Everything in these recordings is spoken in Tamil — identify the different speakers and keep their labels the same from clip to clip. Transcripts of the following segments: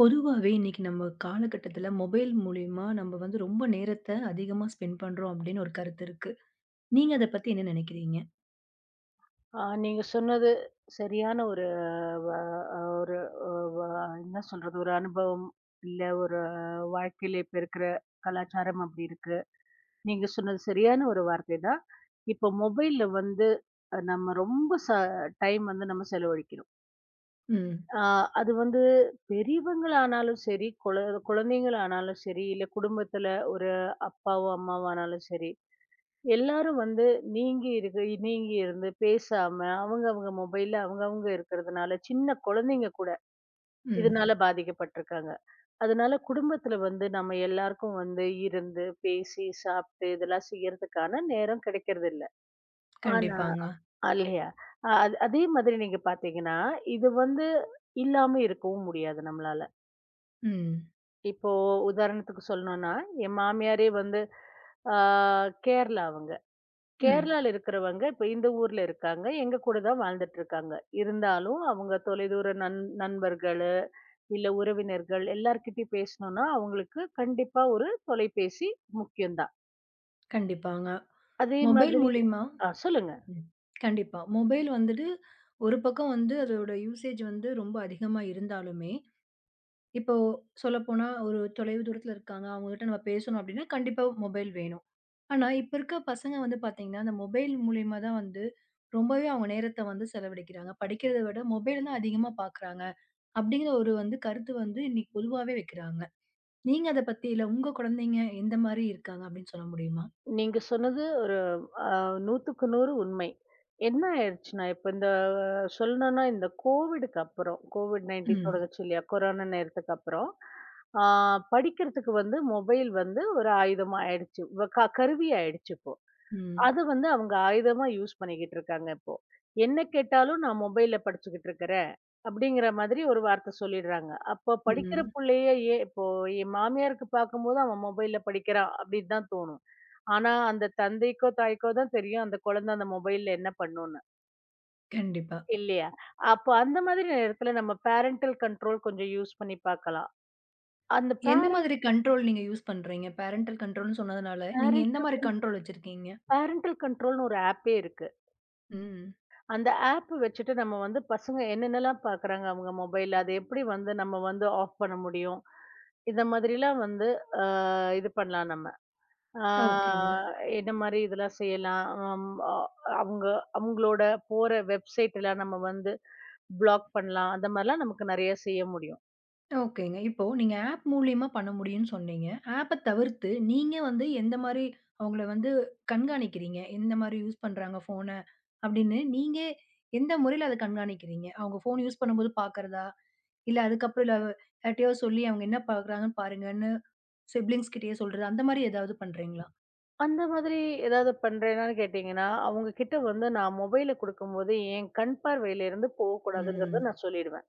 Speaker 1: பொதுவாவே இன்னைக்கு நம்ம காலகட்டத்துல மொபைல் மூலியமா நம்ம ரொம்ப நேரத்த அதிகமா ஸ்பெண்ட் பண்றோம் அப்படின்னு ஒரு கருத்து இருக்கு. நீங்க அத பத்தி என்ன நினைக்கிறீங்க?
Speaker 2: நீங்க சொன்னது சரியான ஒரு வ அ ஒரு அ வ என்ன சொல்றது? ஒரு அனுபவம், இல்ல ஒரு வாழ்க்கையில இப்ப இருக்கிற கலாச்சாரம் அப்படி இருக்கு. நீங்க சொன்னது சரியான ஒரு வார்த்தை தான். இப்போ மொபைல்ல வந்து நம்ம ரொம்ப டைம் வந்து நம்ம செலவழிக்கிறோம்.
Speaker 1: ம்.
Speaker 2: ஆ அது வந்து பெரியவங்களானாலும் சரி, குழந்தைங்களானாலும் சரி, இல்ல குடும்பத்தில ஒரு அப்பாவோ, அம்மாவானாலும் சரி. எல்லாரும் வந்து நீங்கி இருந்து பேசாம அவங்கவங்க மொபைல்ல அவங்கவங்க இருக்கிறதுனால சின்ன குழந்தைங்க கூட
Speaker 1: ம்.
Speaker 2: இதனால பாதிக்கப்பட்டிருக்காங்க. அதனால குடும்பத்துல வந்து நம்ம எல்லாருக்கும் வந்து இருந்து, பேசி, சாப்பிட்டு இதெல்லாம் செய்யறதுக்கான நேரம் கிடைக்கிறது இல்ல. ஆனா
Speaker 1: கண்டிப்பாங்க.
Speaker 2: இல்லையா? அதே மாதிரி நீங்க பார்த்தீங்கன்னா, இது வந்து இல்லாம இருக்கவும் முடியாது நம்மளால.
Speaker 1: ம்.
Speaker 2: இப்போ உதாரணத்துக்கு சொல்லணும்னா, என் மாமியாரே வந்து ஆ கேரளா அவங்க.
Speaker 1: ம்.
Speaker 2: கேரளால இருக்கிறவங்க இப்ப இந்த ஊர்ல இருக்காங்க. எங்க கூட தான் வாழ்ந்துட்டு இருக்காங்க. இருந்தாலும் அவங்க தொலைதூர நண்பர்களு, இல்ல உறவினர்கள் எல்லார்கிட்டயும் பேசணும்னா, அவங்களுக்கு கண்டிப்பா ஒரு தொலைபேசி முக்கியம் தான்.
Speaker 1: கண்டிப்பாங்க.
Speaker 2: அதே உங்கள்
Speaker 1: மொபைல்
Speaker 2: மாதிரி
Speaker 1: மூலியமா.
Speaker 2: சொல்லுங்க.
Speaker 1: ம். கண்டிப்பா. மொபைல் வந்துட்டு ஒரு பக்கம் அதோட யூசேஜ் ரொம்ப அதிகமா இருந்தாலுமே, இப்போ சொல்லப்போனா ஒரு தொலைவு தூரத்துல இருக்காங்க. அவங்ககிட்ட நம்ம பேசணும் அப்டின்னா, கண்டிப்பா மொபைல் வேணும். ஆனா, இப்ப இருக்க பசங்க பாத்தீங்கன்னா, அந்த மொபைல் மூலியமா தான் ரொம்பவே அவங்க நேரத்த செலவழிக்கிறாங்க. படிக்கிறத விட மொபைல் தான் அதிகமா பாக்குறாங்க. அப்டிங்கிற ஒரு கருத்து இன்னைக்கு பொதுவாவே வைக்கிறாங்க. நீங்க அத பத்தி இல்ல உங்க குழந்தைங்க எந்த மாரி இருக்காங்க அப்டின்னு சொல்ல முடியுமா?
Speaker 2: நீங்க சொன்னது ஒரு அ 100க்கு 100 உண்மை. என்ன ஆயிடுச்சுன்னா, இப்ப இந்த சொல்லணும்னா இந்த கோவிடுக்கு அப்புறம், கோவிட்-19
Speaker 1: ம்.
Speaker 2: தொடங்குச்சு இல்லையா? கொரோனா நேரத்துக்கு அப்புறம், ஆ படிக்கிறதுக்கு வந்து மொபைல் வந்து ஒரு ஆயுதமா ஆயிடுச்சு. வ க கருவி ஆயிடுச்சு இப்போ.
Speaker 1: ம்.
Speaker 2: அது வந்து அவங்க ஆயுதமா யூஸ் பண்ணிக்கிட்டு இருக்காங்க இப்போ. என்ன கேட்டாலும் நான் மொபைல்ல படிச்சுக்கிட்டு இருக்கிறேன். அப்படிங்கிற மாதிரி ஒரு வார்த்தை சொல்லிடுறாங்க. அப்போ படிக்கிற
Speaker 1: ம்.
Speaker 2: புள்ளைய ஏன் இப்போ என் மாமியாருக்கு பார்க்கும்போது அவன் மொபைல்ல படிக்கிறான் அப்படின்னு தான் தோணும். ஆனா அந்த தந்தைக்கோ, தாய்க்கோ தான் தெரியும் அந்த குழந்தை அந்த மொபைல்ல என்ன பண்ணும்னு.
Speaker 1: கண்டிப்பா.
Speaker 2: இல்லையா? அப்போ அந்த மாதிரி நேரத்துல நம்ம பேரன்டல் கண்ட்ரோல் கொஞ்சம் யூஸ் பண்ணி பார்க்கலாம். அந்த
Speaker 1: எந்த
Speaker 2: பேரன்ட்
Speaker 1: மாதிரி கண்ட்ரோல் நீங்க யூஸ் பண்றீங்க? பேரன்டல் கண்ட்ரோல்ன்னு சொன்னதுனால, நீங்க எந்த மாரி
Speaker 2: பேரன்டல்
Speaker 1: கண்ட்ரோல் வச்சிருக்கீங்க?
Speaker 2: பேரன்டல் கண்ட்ரோல்னு ஒரு ஆப்பே இருக்கு.
Speaker 1: ம்.
Speaker 2: அந்த ஆப் வச்சுட்டு நம்ம வந்து பசங்க என்னென்னலாம் பார்க்குறாங்க அவங்க மொபைல்ல, அத எப்படி வந்து நம்ம வந்து ஆஃப் பண்ண முடியும்? இந்த மாதிரிலாம் வந்து அ இது பண்ணலாம் நம்ம.
Speaker 1: ஓகே.
Speaker 2: ஆமா. என்ன மாரி இதெல்லாம் செய்யலாம்? அம் அ அவங்க அவங்களோட போற வெப்சைட்லாம் நம்ம வந்து ப்ளாக் பண்ணலாம். அந்த மாரிலாம் நமக்கு நெறைய செய்ய முடியும்.
Speaker 1: ஓகேங்க. இப்போ நீங்க ஆப் மூலியமா பண்ண முடியும்ன்னு சொன்னீங்க. ஆப்ப தவிர்த்து நீங்க எந்த மாரி அவங்கள கண்காணிக்கிறீங்க? எந்த மாரி யூஸ் பண்றாங்க ஃபோன அப்படின்னு நீங்க எந்த முறையில அத கண்காணிக்கிறீங்க? அவங்க ஃபோன் யூஸ் பண்ணும்போது பார்க்கறதா? இல்ல அதுக்கப்புறம் இல்ல யார்ட்டயோ சொல்லி அவங்க என்ன பார்க்குறாங்கன்னு பாருங்கன்னு சிப்லிங்ஸ் கிட்டயே சொல்றது அந்த மாரி ஏதாவது பண்றீங்களா?
Speaker 2: அந்த மாதிரி ஏதாவது பண்றேனான்னு கேட்டீங்கன்னா, அவங்க கிட்ட வந்து நான் மொபைல குடுக்கும்போது என் கண் பார்வையிலேருந்து
Speaker 1: ம்,
Speaker 2: போகக்கூடாதுங்கிறத நான் சொல்லிடுவேன்.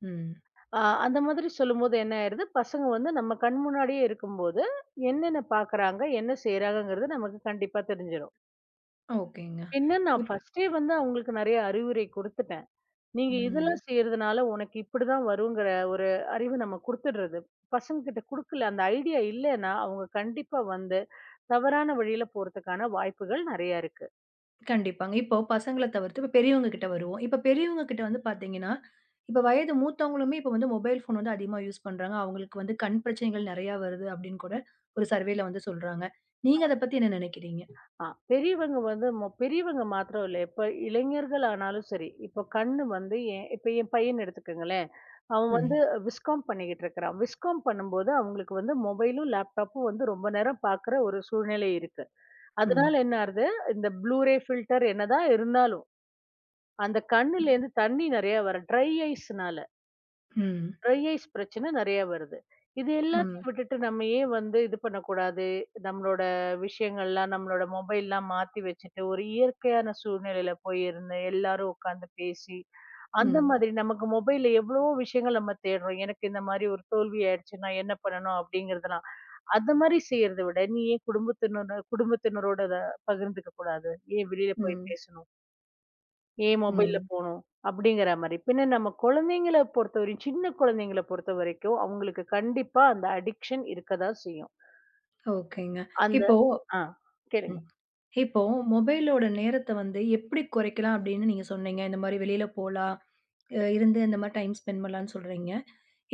Speaker 1: ம்.
Speaker 2: ஆ, அந்த மாதிரி சொல்லும்போது என்ன ஆயிருது, பசங்க வந்து நம்ம கண் முன்னாடியே இருக்கும்போது, என்னென்ன பார்க்குறாங்க, என்ன செய்றாங்கங்கிறது நமக்கு கண்டிப்பா தெரிஞ்சிரும்.
Speaker 1: ஓகேங்க.
Speaker 2: பின்ன நான்
Speaker 1: இப்
Speaker 2: ஃபர்ஸ்ட்டே வந்து அவங்களுக்கு நெறைய அறிவுரை குடுத்துட்டேன். நீங்க
Speaker 1: ம்.
Speaker 2: இதெல்லாம் செய்றதுனால உனக்கு இப்படிதான் வருங்கிற ஒரு அறிவு நம்ம குடுத்துடுறது. பசங்ககிட்ட குடுக்கல, அந்த ஐடியா இல்லன்னா, அவங்க கண்டிப்பா வந்து தவறான வழியில போறதுக்கான வாய்ப்புகள் நெறைய இருக்கு.
Speaker 1: கண்டிப்பாங்க. இப்போ பசங்கள தவிர்த்து இப்ப பெரியவங்க கிட்ட வருவோம். இப்ப பெரியவங்க கிட்ட பாத்தீங்கன்னா, இப்ப வயது மூத்தவங்களுமே இப்ப மொபைல் ஃபோன் அதிகமா யூஸ் பண்றாங்க. அவங்களுக்கு கண் பிரச்சனைகள் நெறையா வருது அப்டின்னு கூட ஒரு சர்வேல சொல்றாங்க. நீங்க அத பத்தி என்ன நெனைக்கிறீங்க?
Speaker 2: பெரியவங்க வந்து பெரியவங்க மாத்திரம் இல்ல. இப்ப இளைஞர்கள் ஆனாலும் சரி. இப்ப கண்ணு வந்து என் பையன எடுத்துக்கங்களேன். அவன் வந்து
Speaker 1: ம்,
Speaker 2: விஸ்காம் பண்ணிக்கிட்டு இருக்கிறான். விஸ்காம் பண்ணும்போது அவங்களுக்கு வந்து மொபைலும், லேப்டாப்பும் வந்து ரொம்ப நேரம் பார்க்குற ஒரு சூழ்நிலை இருக்கு.
Speaker 1: ம்,
Speaker 2: அதனால என்ன ஆறுது, இந்த ப்ளூரே ஃபில்டர் என்னதான் இருந்தாலும், அந்த
Speaker 1: ம்,
Speaker 2: கண்ணுலேருந்து தண்ணி நெறைய வர
Speaker 1: ம்,
Speaker 2: ட்ரை ஐஸ் பிரச்சனை நெறையா வருது. இது
Speaker 1: ம்,
Speaker 2: எல்லாத்தையும் விட்டுட்டு நம்ம ஏன் வந்து இது பண்ணக்கூடாது? நம்மளோட விஷயங்கள்லாம் நம்மளோட மொபைல்லாம் மாத்தி வச்சுட்டு, ஒரு இயற்கையான சூழ்நிலையில போய் இருந்து எல்லாரும் உட்காந்து பேசி, அந்த
Speaker 1: ம்,
Speaker 2: மாதிரி நமக்கு மொபைல்ல எவ்வளவோ விஷயங்கள் நம்ம தேடுறோம். எனக்கு இந்த மாரி ஒரு தோல்வி ஆயிடுச்சுன்னா என்ன பண்ணணும்? அப்படிங்கிறதெல்லாம். அந்த மாரி செய்யறத விட, நீ ஏன் குடும்பத்தினரோட குடும்பத்தினரோட அத பகிர்ந்துக்க கூடாது? ஏன் வெளியில போய் பேசணும்? ஏன் மொபைல்ல
Speaker 1: ம்.
Speaker 2: போணும்? அப்படிங்கிற மாரி. பின்ன நம்ம குழந்தைங்கள பொறுத்தவரையும் சின்ன குழந்தைங்கள பொறுத்தவரைக்கும், அவங்களுக்கு கண்டிப்பா அந்த அடிக்ஷன் இருக்கதான் செய்யும்.
Speaker 1: ஓகேங்க.
Speaker 2: அந்த
Speaker 1: இப்போ
Speaker 2: ஆ கேளுங்க.
Speaker 1: ம். இப்போ மொபைலோட நேரத்த எப்படி குறைக்கலாம் அப்டின்னு நீங்க சொன்னீங்க. இந்த மாரி வெளில போலாம், இருந்து இந்த மாரி டைம் ஸ்பெண்ட் பண்ணலான்னு சொல்றீங்க.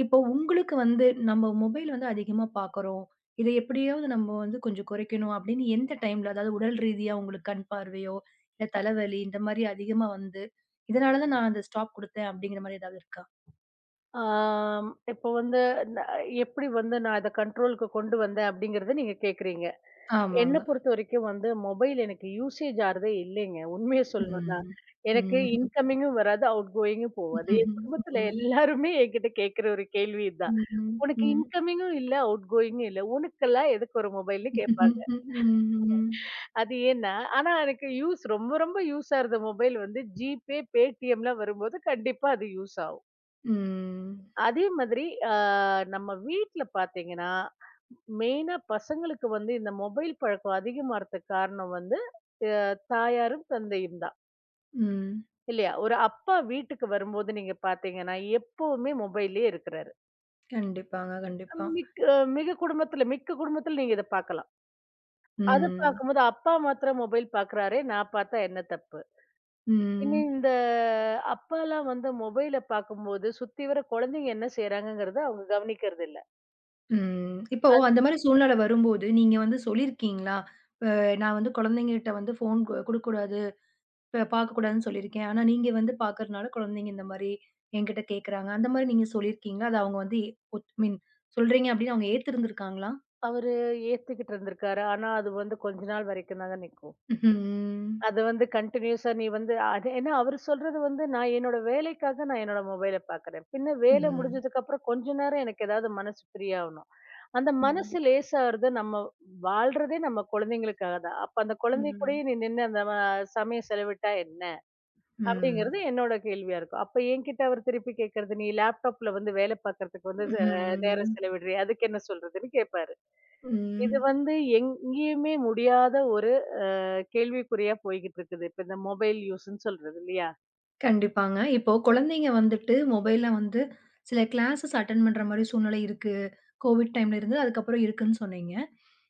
Speaker 1: இப்போ உங்களுக்கு நம்ம மொபைல் அதிகமா பார்க்குறோம். இத எப்படியாவது நம்ம கொஞ்சம் குறைக்கணும் அப்படின்னு எந்த டைம்ல, அதாவது உடல் ரீதியா உங்களுக்கு கண் பார்வையோ, இல்ல தலைவலி இந்த மாரி அதிகமா வந்து, இதனால தான் நான் அந்த ஸ்டாப் குடுத்தேன் அப்படிங்கிற மாரி ஏதாவது இருக்கா?
Speaker 2: ஆம் இப்ப வந்து ந எப்படி வந்து நான் அத கண்ட்ரோலுக்கு கொண்டு வந்தேன் அப்படிங்கிறத நீங்க கேட்கிறீங்க. என்ன
Speaker 1: ஆமாங்க.
Speaker 2: பொறுத்தவரைக்கும் வந்து மொபைல் எனக்கு யூசேஜ் ஆறதே இல்லைங்க. உண்மைய சொல்லணும்னா.
Speaker 1: ம்.
Speaker 2: எனக்கு
Speaker 1: ம்ஹ்ம்.
Speaker 2: இன்கமிங்கும் வராது, அவுட் கோயிங்கும் போவாது. என்
Speaker 1: ம்ஹ்ம்.
Speaker 2: குடும்பத்துல
Speaker 1: ம்.
Speaker 2: எல்லாருமே என்கிட்ட கேட்கிற ஒரு கேள்வி இதான்.
Speaker 1: ம்ஹ்ம்.
Speaker 2: "உனக்கு
Speaker 1: ம்.
Speaker 2: இன்கமிங்கும் இல்ல, அவுட் கோயிங்கும் இல்ல. உனக்கெல்லாம் எதுக்கு ஒரு மொபைல்ன்னு?" கேட்பாங்க.
Speaker 1: ம்ஹ்ம்.
Speaker 2: அது ஏன்னா ஆனா எனக்கு யூஸ் ரொம்ப ரொம்ப யூஸ் ஆகுற மொபைல் வந்து ஜிபே, பேடிஎம்லாம் வரும்போது கண்டிப்பா அது யூஸ் ஆகும்.
Speaker 1: ம்.
Speaker 2: அதே மாதிரி ஆ, நம்ம வீட்ல பார்த்தீங்கன்னா, மெயினா பசங்களுக்கு வந்து இந்த மொபைல் பழக்கம் அதிகமாறதுக்கு காரணம் வந்து, அ தாயாரும், தந்தையும் தான்.
Speaker 1: ம்.
Speaker 2: இல்லையா? ஒரு அப்பா வீட்டுக்கு வரும்போது நீங்க பார்த்தீங்கன்னா, எப்பவுமே மொபைல்லயே இருக்கிறாரு.
Speaker 1: கண்டிப்பாங்க. கண்டிப்பா.
Speaker 2: மிக் மிக்க குடும்பத்துல நீங்க இத பார்க்கலாம். அத
Speaker 1: ம்.
Speaker 2: பார்க்கும்போது அப்பா மாத்திரம் மொபைல் பார்க்கிறாரே, நான் பார்த்தா என்ன தப்பு? இனி
Speaker 1: ம்.
Speaker 2: இந்த அப்பாலாம் வந்து மொபைல பார்க்கும்போது, சுத்தி வர குழந்தைங்க என்ன செய்றாங்கங்கிறத அவங்க கவனிக்கிறதில்ல.
Speaker 1: ம். இப்போ அந்த மாரி சூழ்நிலை வரும்போது, நீங்க சொல்லியிருக்கீங்களா? அ நான் குழந்தைங்ககிட்ட ஃபோன் குடுக்கக்கூடாது, பார்க்கக்கூடாதுன்னு சொல்லியிருக்கேன். ஆனா நீங்க பார்க்கறனால குழந்தைங்க இந்த மாரி என்கிட்ட கேட்கறாங்க. அந்த மாரி நீங்க சொல்லியிருக்கீங்களா? அது அவங்க மீன் சொல்றீங்க அப்படின்னு அவங்க ஏத்திருந்திருக்காங்களா?
Speaker 2: அவரு ஏத்துக்கிட்டு இருந்திருக்காரு. ஆனா, அது வந்து கொஞ்ச நாள் வரைக்கும் தாங்க நிக்கும்.
Speaker 1: ம்.
Speaker 2: அது வந்து கன்டினியூஸா நீ வந்து அது ஏன்னா அவரு சொல்றது வந்து என்னோட வேலைக்காக நான் என்னோட மொபைல பாக்குறேன். பின்ன வேலை
Speaker 1: ம்.
Speaker 2: முடிஞ்சதுக்கு அப்புறம் கொஞ்ச நேரம் எனக்கு ஏதாவது மனசு ஃப்ரீ ஆவணும். அந்த
Speaker 1: ம்.
Speaker 2: மனசு லேசாகுறது நம்ம வாழ்றதே நம்ம குழந்தைங்களுக்காக தான். அப்ப அந்த குழந்தை
Speaker 1: ம்.
Speaker 2: கூடயே நீ நின்னு அந்த சமயம் செலவிட்டா என்ன?
Speaker 1: ம்.
Speaker 2: அப்படிங்கிறது என்னோட கேள்வியா இருக்கும். அப்ப என்கிட்ட அவர் திருப்பி கேட்கறது, நீ லேப்டாப்ல வந்து வேலை பாக்குறதுக்கு வந்து நேரம்
Speaker 1: ம்.
Speaker 2: செலவிடுறியே அதுக்கு என்ன சொல்றதுன்னு கேட்பாரு. இது
Speaker 1: ம்.
Speaker 2: வந்து எங்கேயுமே முடியாத ஒரு கேள்விக்குறியா போய்கிட்டு இருக்குது. இப்ப இந்த மொபைல் யூஸ்ன்னு சொல்றது இல்லையா?
Speaker 1: கண்டிப்பாங்க. இப்போ குழந்தைங்க வந்துட்டு மொபைல்ல சில கிளாஸஸ் அட்டெண்ட் பண்ற மாரி சூழ்நிலை இருக்கு. கோவிட் டைம்ல இருந்து அதுக்கப்புறம் இருக்குன்னு சொன்னீங்க.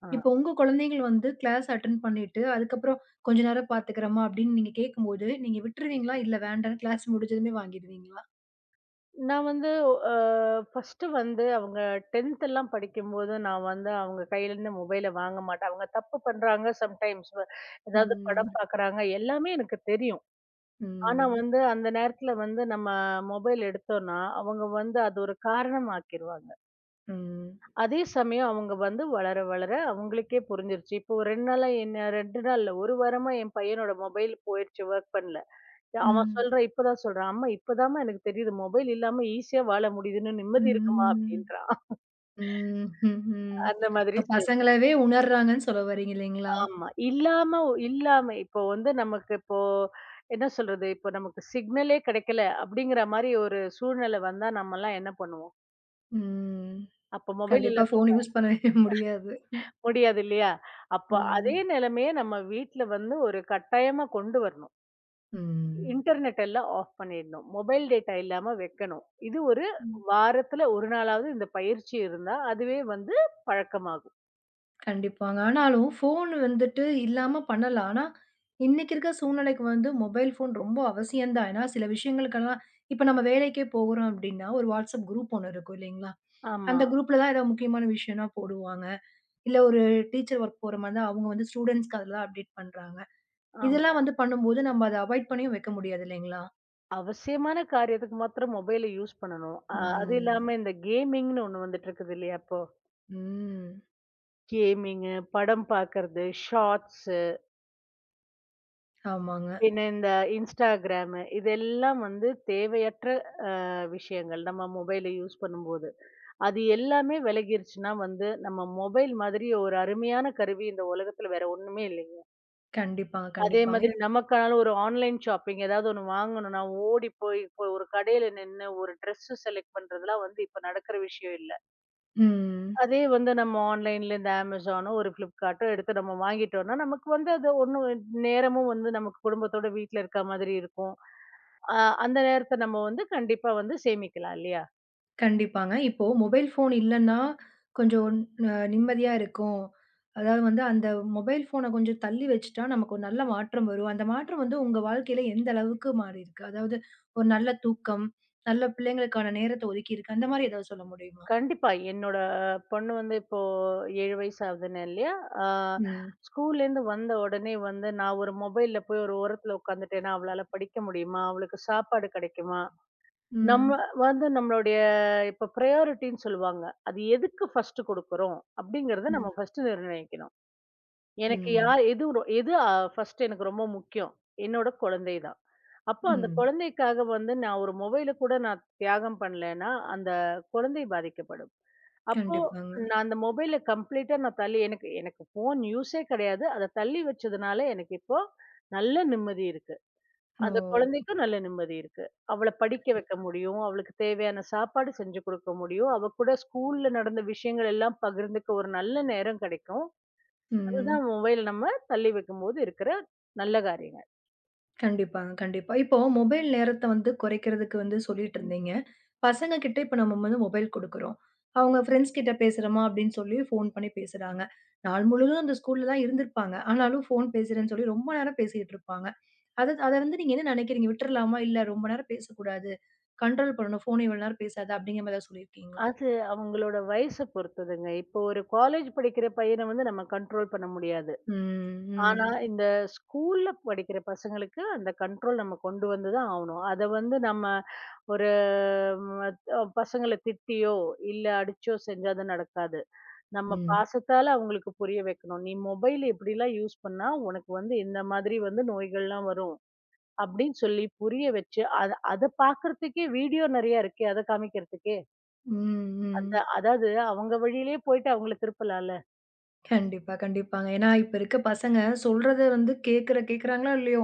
Speaker 2: ஆ.
Speaker 1: இப்போ உங்க குழந்தைகள் கிளாஸ் அட்டெண்ட் பண்ணிட்டு, அதுக்கப்புறம் கொஞ்ச நேரம் பார்த்துக்கிறம்மா அப்படின்னு நீங்க கேட்கும்போது, நீங்க விட்டுருவீங்களா? இல்ல வேண்டான்னு கிளாஸ் முடிஞ்சதுமே வாங்கிடுவீங்களா?
Speaker 2: நான் வந்து அ ஃபர்ஸ்ட்டு வந்து அவங்க 10th எல்லாம் படிக்கும்போது, நான் வந்து அவங்க கையிலேருந்து மொபைல வாங்க மாட்டேன். அவங்க தப்பு பண்றாங்க சம்டைம்ஸ் ஏதாவது
Speaker 1: ம்.
Speaker 2: படம் பார்க்குறாங்க, எல்லாமே எனக்கு தெரியும். ஆனா
Speaker 1: ம்.
Speaker 2: வந்து அந்த நேரத்தில வந்து நம்ம மொபைல் எடுத்தோம்னா, அவங்க வந்து அது ஒரு காரணமாக்கிருவாங்க.
Speaker 1: ம்.
Speaker 2: அதே சமயம் அவங்க வந்து வளர, வளர அவங்களுக்கே புரிஞ்சிருச்சு. இப்போ ஒரு 2 நாளா என்ன 2 நாள் இல்ல, 1 வாரமா என் பையனோட மொபைல் போயிருச்சு ஒர்க் பண்ணல. ம். அவன்
Speaker 1: ம்.
Speaker 2: சொல்றான், இப்பதான் சொல்றான். "அம்மா இப்பதாம்மா எனக்கு தெரியுது. மொபைல் இல்லாம ஈஸியா வாழ முடியுதுன்னு நிம்மதி இருக்குமா"
Speaker 1: ம்.
Speaker 2: அப்படின்றான்.
Speaker 1: ம். ம்ஹ்ம்.
Speaker 2: அந்த மாதிரி
Speaker 1: இப்ப
Speaker 2: செய்
Speaker 1: பசங்களாவே உணர்றாங்கன்னு சொல்ல வரீங்க இல்லைங்களா?
Speaker 2: ஆமா. இல்லாம இல்லாம இப்போ வந்து நமக்கு இப்போ என்ன சொல்றது? இப்போ நமக்கு சிக்னலே கிடைக்கல அப்படிங்கிற மாரி ஒரு சூழ்நிலை வந்தா நம்மலாம் என்ன பண்ணுவோம்?
Speaker 1: ம்.
Speaker 2: அப்ப மொபைல்
Speaker 1: கண்டிப்பா
Speaker 2: இல்லாம
Speaker 1: ஃபோன் யூஸ் பண்ணவே முடியாது.
Speaker 2: முடியாது இல்லையா? அப்ப அதே
Speaker 1: ம்.
Speaker 2: நிலைமைய நம்ம வீட்ல வந்து ஒரு கட்டாயமா கொண்டு வரணும். இன்டர்நெட் எல்லாம் ஆஃப் பண்ணிடணும். மொபைல் டேட்டா இல்லாம வைக்கணும். இது ஒரு
Speaker 1: ம்.
Speaker 2: வாரத்துல 1 நாளாவது இந்த பயிற்சி இருந்தா, அதுவே வந்து பழக்கமாகும்.
Speaker 1: கண்டிப்பாங்க. ஆனாலும் ஃபோன் வந்துட்டு இல்லாம பண்ணலாம். ஆனா, இன்னைக்கு இருக்க சூழ்நிலைக்கு மொபைல் ஃபோன் ரொம்ப அவசியம் தான். ஏன்னா, சில விஷயங்களுக்கெல்லாம் இப்ப நம்ம வேலைக்கே போகுறோம் அப்படின்னா, ஒரு WhatsApp குரூப் ஒண்ணு இருக்கும் இல்லைங்களா?
Speaker 2: ஆமா,
Speaker 1: அந்த குரூப்ல தான் ஏதாவது முக்கியமான விஷயம்னா போடுவாங்க. இல்ல ஒரு டீச்சர் ஒர்க் போற மாரி தான் அவங்க ஸ்டூடண்ட்ஸ்க்கு அதெல்லாம் அப்டேட் பண்றாங்க.
Speaker 2: ஆமா.
Speaker 1: இதெல்லாம் பண்ணும்போது நம்ம அத அவாய்ட் பண்ணியும் வைக்க முடியாது இல்லைங்களா?
Speaker 2: அவசியமான காரியத்துக்கு மாத்திரம் மொபைல யூஸ் பண்ணணும். அது
Speaker 1: ம்.
Speaker 2: இல்லாம இந்த கேமிங்ன்னு ஒண்ணு வந்துட்டு இருக்குது இல்லையா இப்போ?
Speaker 1: ம்.
Speaker 2: கேமிங்கு, படம் பார்க்கறது, ஷார்ட்ஸு,
Speaker 1: ஆமாங்க.
Speaker 2: பின்ன இந்த Instagramமு இதெல்லாம் வந்து தேவையற்ற விஷயங்கள் நம்ம மொபைல யூஸ் பண்ணும்போது. அது எல்லாமே விலகிருச்சுன்னா வந்து, நம்ம மொபைல் மாதிரி ஒரு அருமையான கருவி இந்த உலகத்துல வேற ஒண்ணுமே இல்லைங்க.
Speaker 1: கண்டிப்பாங்க,
Speaker 2: அதே
Speaker 1: கண்டிப்பாங்க.
Speaker 2: மாதிரி நமக்கான ஒரு ஆன்லைன் ஷாப்பிங் ஏதாவது ஒண்ணு வாங்கணும்னா, ஓடி போய் இப்போ ஒரு கடையில நின்னு ஒரு ட்ரெஸ் செலக்ட் பண்றதெல்லாம் வந்து இப்ப நடக்கிற விஷயம் இல்ல.
Speaker 1: ம்.
Speaker 2: அதே வந்து நம்ம ஆன்லைன்ல இந்த Amazonனோ, ஒரு Flipkartஓ எடுத்து நம்ம வாங்கிட்டோம்னா, நமக்கு வந்து அது ஒண்ணும் நேரமும் வந்து நமக்கு குடும்பத்தோட வீட்ல இருக்க மாதிரி இருக்கும். அ அந்த நேரத்த நம்ம வந்து கண்டிப்பா வந்து சேமிக்கலாம் இல்லையா?
Speaker 1: கண்டிப்பாங்க. இப்போ மொபைல் ஃபோன் இல்லன்னா, கொஞ்சம் நிம்மதியா இருக்கும். அதாவது அந்த மொபைல் ஃபோன கொஞ்சம் தள்ளி வச்சுட்டா, நமக்கு ஒரு நல்ல மாற்றம் வரும். அந்த மாற்றம் உங்க வாழ்க்கையில எந்த அளவுக்கு மாறியிருக்கு? அதாவது ஒரு நல்ல தூக்கம், நல்ல பிள்ளைங்களுக்கான நேரத்த ஒதுக்கியிருக்கு. அந்த மாரி ஏதாவது சொல்ல முடியுமா?
Speaker 2: கண்டிப்பா. என்னோட பொண்ணு வந்து இப்போ 7 வயசு ஆகுதுன்னேன் இல்லையா? ஆ
Speaker 1: ம்.
Speaker 2: ஸ்கூல்லேருந்து வந்த உடனே வந்து நான் ஒரு மொபைல்ல போய் ஒரு ஓரத்துல உட்காந்துட்டேன்னா, அவளால படிக்க முடியுமா? அவளுக்கு சாப்பாடு கிடைக்குமா? நம்ம
Speaker 1: ம்.
Speaker 2: நம்மளுடைய இப்ப பிரையாரிட்டின்னு சொல்லுவாங்க. அது எதுக்கு ஃபர்ஸ்ட்டு குடுக்குறோம்? அப்படிங்கிறத
Speaker 1: ம்.
Speaker 2: நம்ம ஃபர்ஸ்ட்டு நிர்ணயிக்கணும். எனக்கு
Speaker 1: ம்.
Speaker 2: யார் எது ரொ எது அ ஃபர்ஸ்ட்டு எனக்கு ரொம்ப முக்கியம்? என்னோட குழந்தை தான். அப்போ அந்த
Speaker 1: ம்.
Speaker 2: குழந்தைக்காக வந்து நான் ஒரு மொபைல கூட நான் தியாகம் பண்ணலன்னா, அந்த குழந்தை பாதிக்கப்படும். அப்போ
Speaker 1: கண்டிப்பாங்க.
Speaker 2: நான் அந்த மொபைல கம்ப்ளீட்டா நான் தள்ளி எனக்கு எனக்கு ஃபோன் யூஸே கிடையாது. அத தள்ளி வச்சதுனால எனக்கு இப்போ நல்ல நிம்மதி இருக்கு. அந்த
Speaker 1: ஓ!
Speaker 2: குழந்தைக்கும் நல்ல நிம்மதி இருக்கு. அவள படிக்க வைக்க முடியும். அவளுக்கு தேவையான சாப்பாடு செஞ்சு குடுக்க முடியும். அவ கூட ஸ்கூல்ல நடந்த விஷயங்கள் எல்லாம் பகிர்ந்துக்க ஒரு நல்ல நேரம் கிடைக்கும்.
Speaker 1: ம்.
Speaker 2: அதுதான் மொபைல் நம்ம தள்ளி வைக்கும்போது இருக்கிற நல்ல காரியங்கள்.
Speaker 1: கண்டிப்பாங்க, கண்டிப்பா. இப்போ மொபைல் நேரத்த குறைக்கிறதுக்கு சொல்லிட்டு இருந்தீங்க. பசங்க கிட்ட இப்ப நம்ம மொபைல் குடுக்குறோம். அவங்க ஃப்ரெண்ட்ஸ் கிட்ட பேசுறோமா அப்படின்னு சொல்லி ஃபோன் பண்ணி பேசுறாங்க. நாள் முழுவதும் அந்த ஸ்கூல்ல தான் இருந்திருப்பாங்க. ஆனாலும் ஃபோன் பேசுறேன்னு சொல்லி ரொம்ப நேரம் பேசிட்டு இருப்பாங்க. அத அத நீங்க என்ன நினைக்கிறீங்க? விட்டுறலாமா? இல்ல ரொம்ப நேரம் பேசக்கூடாது. கண்ட்ரோல் பண்ணணும். ஃபோன் இவ்வளோ நேரம் பேசாத அப்படிங்கிற மாதிரி ஏதாவது சொல்லியிருக்கீங்களா?
Speaker 2: அது அவங்களோட வயச பொறுத்ததுங்க. இப்போ ஒரு காலேஜ் படிக்கிற பையன வந்து நம்ம கண்ட்ரோல் பண்ண முடியாது.
Speaker 1: ம்,
Speaker 2: ஆனா,
Speaker 1: ம்,
Speaker 2: இந்த ஸ்கூல்ல படிக்கிற பசங்களுக்கு அந்த கண்ட்ரோல் நம்ம கொண்டு வந்து தான் ஆவணும். அத வந்து நம்ம ஒரு பசங்கள திட்டியோ, இல்ல அடிச்சோ செஞ்சா அது நடக்காது. நம்ம
Speaker 1: ம்,
Speaker 2: பாசத்தால அவங்களுக்கு புரிய வைக்கணும். "நீ மொபைல் இப்படிலாம் யூஸ் பண்ணா, உனக்கு வந்து இந்த மாதிரி வந்து நோய்கள்லாம் வரும்." அப்படின்னு சொல்லி புரிய வச்சு, அத அத பார்க்கறதுக்கே வீடியோ நெறைய இருக்கே! அத காமிக்கிறதுக்கே!
Speaker 1: ம், ம்.
Speaker 2: அந்த அதாவது அவங்க வழியிலேயே போயிட்டு அவங்கள திருப்பலாம்ல.
Speaker 1: கண்டிப்பா, கண்டிப்பாங்க. ஏன்னா, இப்ப இருக்க பசங்க சொல்றத கேட்குறாங்களோ இல்லையோ,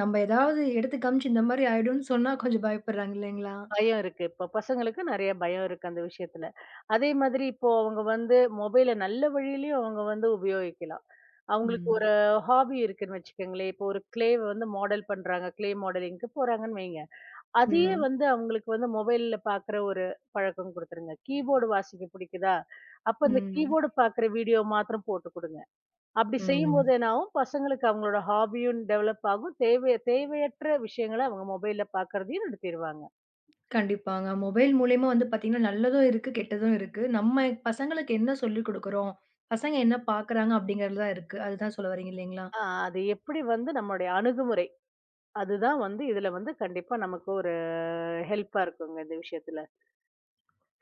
Speaker 1: நம்ம ஏதாவது எடுத்து காமிச்சு இந்த மாரி ஆயிடும்ன்னு சொன்னா கொஞ்சம் பயப்படுறாங்க இல்லைங்களா?
Speaker 2: பயம் இருக்கு. இப்ப பசங்களுக்கு நெறைய பயம் இருக்கு அந்த விஷயத்துல. அதே மாதிரி இப்போ அவங்க வந்து மொபைல நல்ல வழியிலயும் அவங்க வந்து உபயோகிக்கலாம். அவங்களுக்கு
Speaker 1: ம்.
Speaker 2: ஒரு ஹாபி இருக்குன்னு வச்சுக்கோங்களேன். இப்போ ஒரு கிளேவ வந்து மாடல் பண்றாங்க. கிளே மாடலிங்க்கு போறாங்கன்னு வைங்க. அதையே
Speaker 1: ம்.
Speaker 2: வந்து அவங்களுக்கு வந்து மொபைல்ல பாக்குற ஒரு பழக்கம் குடுத்துருங்க. கீபோர்டு வாசிக்க பிடிக்குதா? அப்ப அந்த
Speaker 1: ம்.
Speaker 2: கீபோர்டு பாக்குற வீடியோ மாத்திரம் போட்டு குடுங்க. அப்படி
Speaker 1: ம்.
Speaker 2: செய்யும்போது என்ன ஆகும்? பசங்களுக்கு அவங்களோட ஹாபியும் டெவலப் ஆகும். தேவையற்ற விஷயங்கள அவங்க மொபைல்ல பாக்குறதையும் நிறுத்திருவாங்க.
Speaker 1: கண்டிப்பாங்க. மொபைல் மூலியமா பார்த்தீங்கன்னா, நல்லதும் இருக்கு, கெட்டதும் இருக்கு. நம்ம பசங்களுக்கு என்ன சொல்லிக் குடுக்குறோம், பசங்க என்ன பார்க்குறாங்க அப்படிங்கிறது தான் இருக்கு. அதுதான் சொல்ல வர்றீங்க இல்லைங்களா?
Speaker 2: அது எப்படி வந்து நம்மளுடைய அணுகுமுறை. அதுதான் வந்து இதுல வந்து கண்டிப்பா நமக்கு ஒரு ஹெல்ப்பா இருக்குங்க இந்த விஷயத்துல.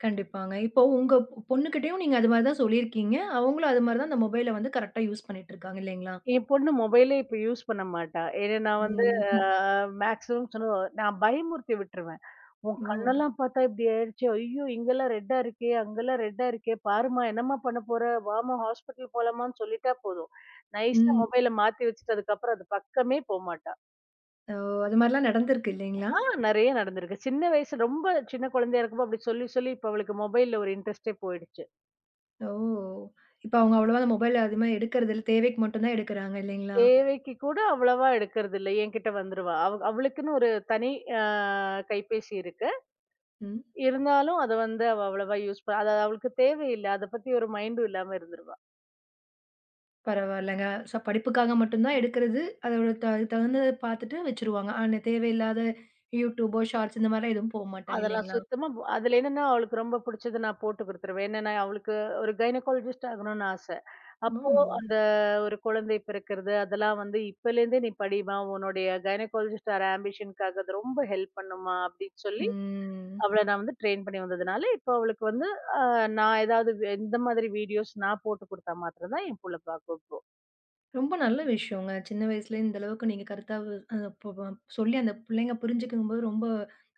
Speaker 1: கண்டிப்பாங்க. இப்போ உங்க பொண்ணுகிட்டயும் நீங்க அது மாரி தான் சொல்லியிருக்கீங்க. அவங்களும் அது மாரி தான் அந்த மொபைல கரெக்ட்டா யூஸ் பண்ணிட்டு இருக்காங்க இல்லைங்களா?
Speaker 2: என் பொண்ணு மொபைலே இப்ப யூஸ் பண்ண மாட்டா. ஏன்னா நான் வந்து அ
Speaker 1: ம்.
Speaker 2: மேக்ஸிமம் சொன்ன நான் பயமுறுத்தி விட்டுருவேன். "உன் ம்.
Speaker 1: ஓ!
Speaker 2: கண்ணெல்லாம் பார்த்தா இப்படி ஆயிடுச்சு. ஐயோ! இங்கெல்லாம் ரெட்டா இருக்கே, அங்கெல்லாம் ரெட்டா இருக்கே. பாரும்மா என்னம்மா பண்ண போற? வாம்மா ஹாஸ்பிட்டல் போலாமான்னு" சொல்லிட்டா போதும். நைஸா
Speaker 1: ம்.
Speaker 2: மொபைல மாத்தி வச்சுட்டு அதுக்கப்புறம் அது பக்கமே போமாட்டா.
Speaker 1: ஓ! அது மாரிலாம் நடந்திருக்கு இல்லைங்களா?
Speaker 2: ஆ நெறைய நடந்திருக்கு. சின்ன வயசு ரொம்ப சின்ன குழந்தையா இருக்கும்போது அப்படி சொல்லி, சொல்லி இப்ப அவளுக்கு மொபைல்ல ஒரு இன்ட்ரெஸ்ட்டே போயிடுச்சு.
Speaker 1: ஓ! இப்ப அவங்க அவ்வளவா அந்த மொபைல் அதிகமா எடுக்கிறது இல்ல. தேவைக்கு மட்டும் தான் எடுக்குறாங்க இல்லைங்களா?
Speaker 2: தேவைக்கு கூட அவ்வளவா எடுக்கறதில்ல. என்கிட்ட வந்துருவா. அவளுக்குன்னு ஒரு தனி அ கைபேசி இருக்கு.
Speaker 1: ம்.
Speaker 2: இருந்தாலும் அத வந்து அவ அவ்வளவா யூஸ் ப அத அவளுக்கு தேவையில்ல. அத பத்தி ஒரு மைண்டும் இல்லாம இருந்துருவா.
Speaker 1: பரவாயில்லங்க. சோ படிப்புக்காக மட்டும் தான் எடுக்கிறது. அதோட தகுந்தத பார்த்துட்டு வச்சுருவாங்க. ஆனா தேவையில்லாத யூடியூபோ, ஷார்ட்ஸ் இந்த மாரிலாம் எதுவும் போமாட்டாங்க
Speaker 2: அதெல்லாம்
Speaker 1: இல்லைங்களா?
Speaker 2: சுத்தமா அதுல என்னன்னா, அவளுக்கு ரொம்ப புடிச்சது நான் போட்டு குடுத்துருவேன். என்னன்னா, அவளுக்கு ஒரு கைனகாலஜிஸ்ட் ஆகணும்னு ஆச. அப்போ
Speaker 1: ம்.
Speaker 2: அந்த ஒரு குழந்தை பிறக்கிறது, அதெல்லாம் வந்து "இப்பலேருந்தே நீ படிம்மா, உன்னுடைய கைனகாலஜிஸ்ட் ஆற ஆம்பிஷனுக்காக அது ரொம்ப ஹெல்ப் பண்ணும்மா" அப்படின்னு சொல்லி
Speaker 1: ம்.
Speaker 2: அவள நான் வந்து ட்ரெயின் பண்ணி வந்ததுனால, இப்போ அவளுக்கு வந்து அ நான் ஏதாவது இந்த மாதிரி வீடியோஸ் நான் போட்டு குடுத்தா மாத்திரம் தான் என் புள்ள பாக்கும் இப்போ.
Speaker 1: ரொம்ப நல்ல விஷயங்க. சின்ன வயசுலயே இந்த அளவுக்கு நீங்க கருத்தா அ ப ப சொல்லி அந்த பிள்ளைங்க புரிஞ்சுக்கும்போது ரொம்ப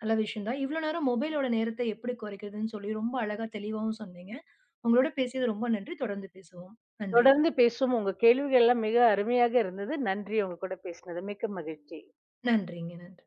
Speaker 1: நல்ல விஷயம் தான். இவ்வளோ நேரம் மொபைலோட நேரத்த எப்படி குறைக்கிறதுன்னு சொல்லி ரொம்ப அழகா தெளிவாவும் சொன்னீங்க. உங்களோட பேசியது ரொம்ப நன்றி. தொடர்ந்து பேசுவோம். நன்றி.
Speaker 2: தொடர்ந்து பேசுவோம். உங்க கேள்விகள் எல்லாம் மிக அருமையாக இருந்தது. நன்றி உங்க கூட பேசினது. மிக்க மகிழ்ச்சி.
Speaker 1: நன்றிங்க. நன்றி.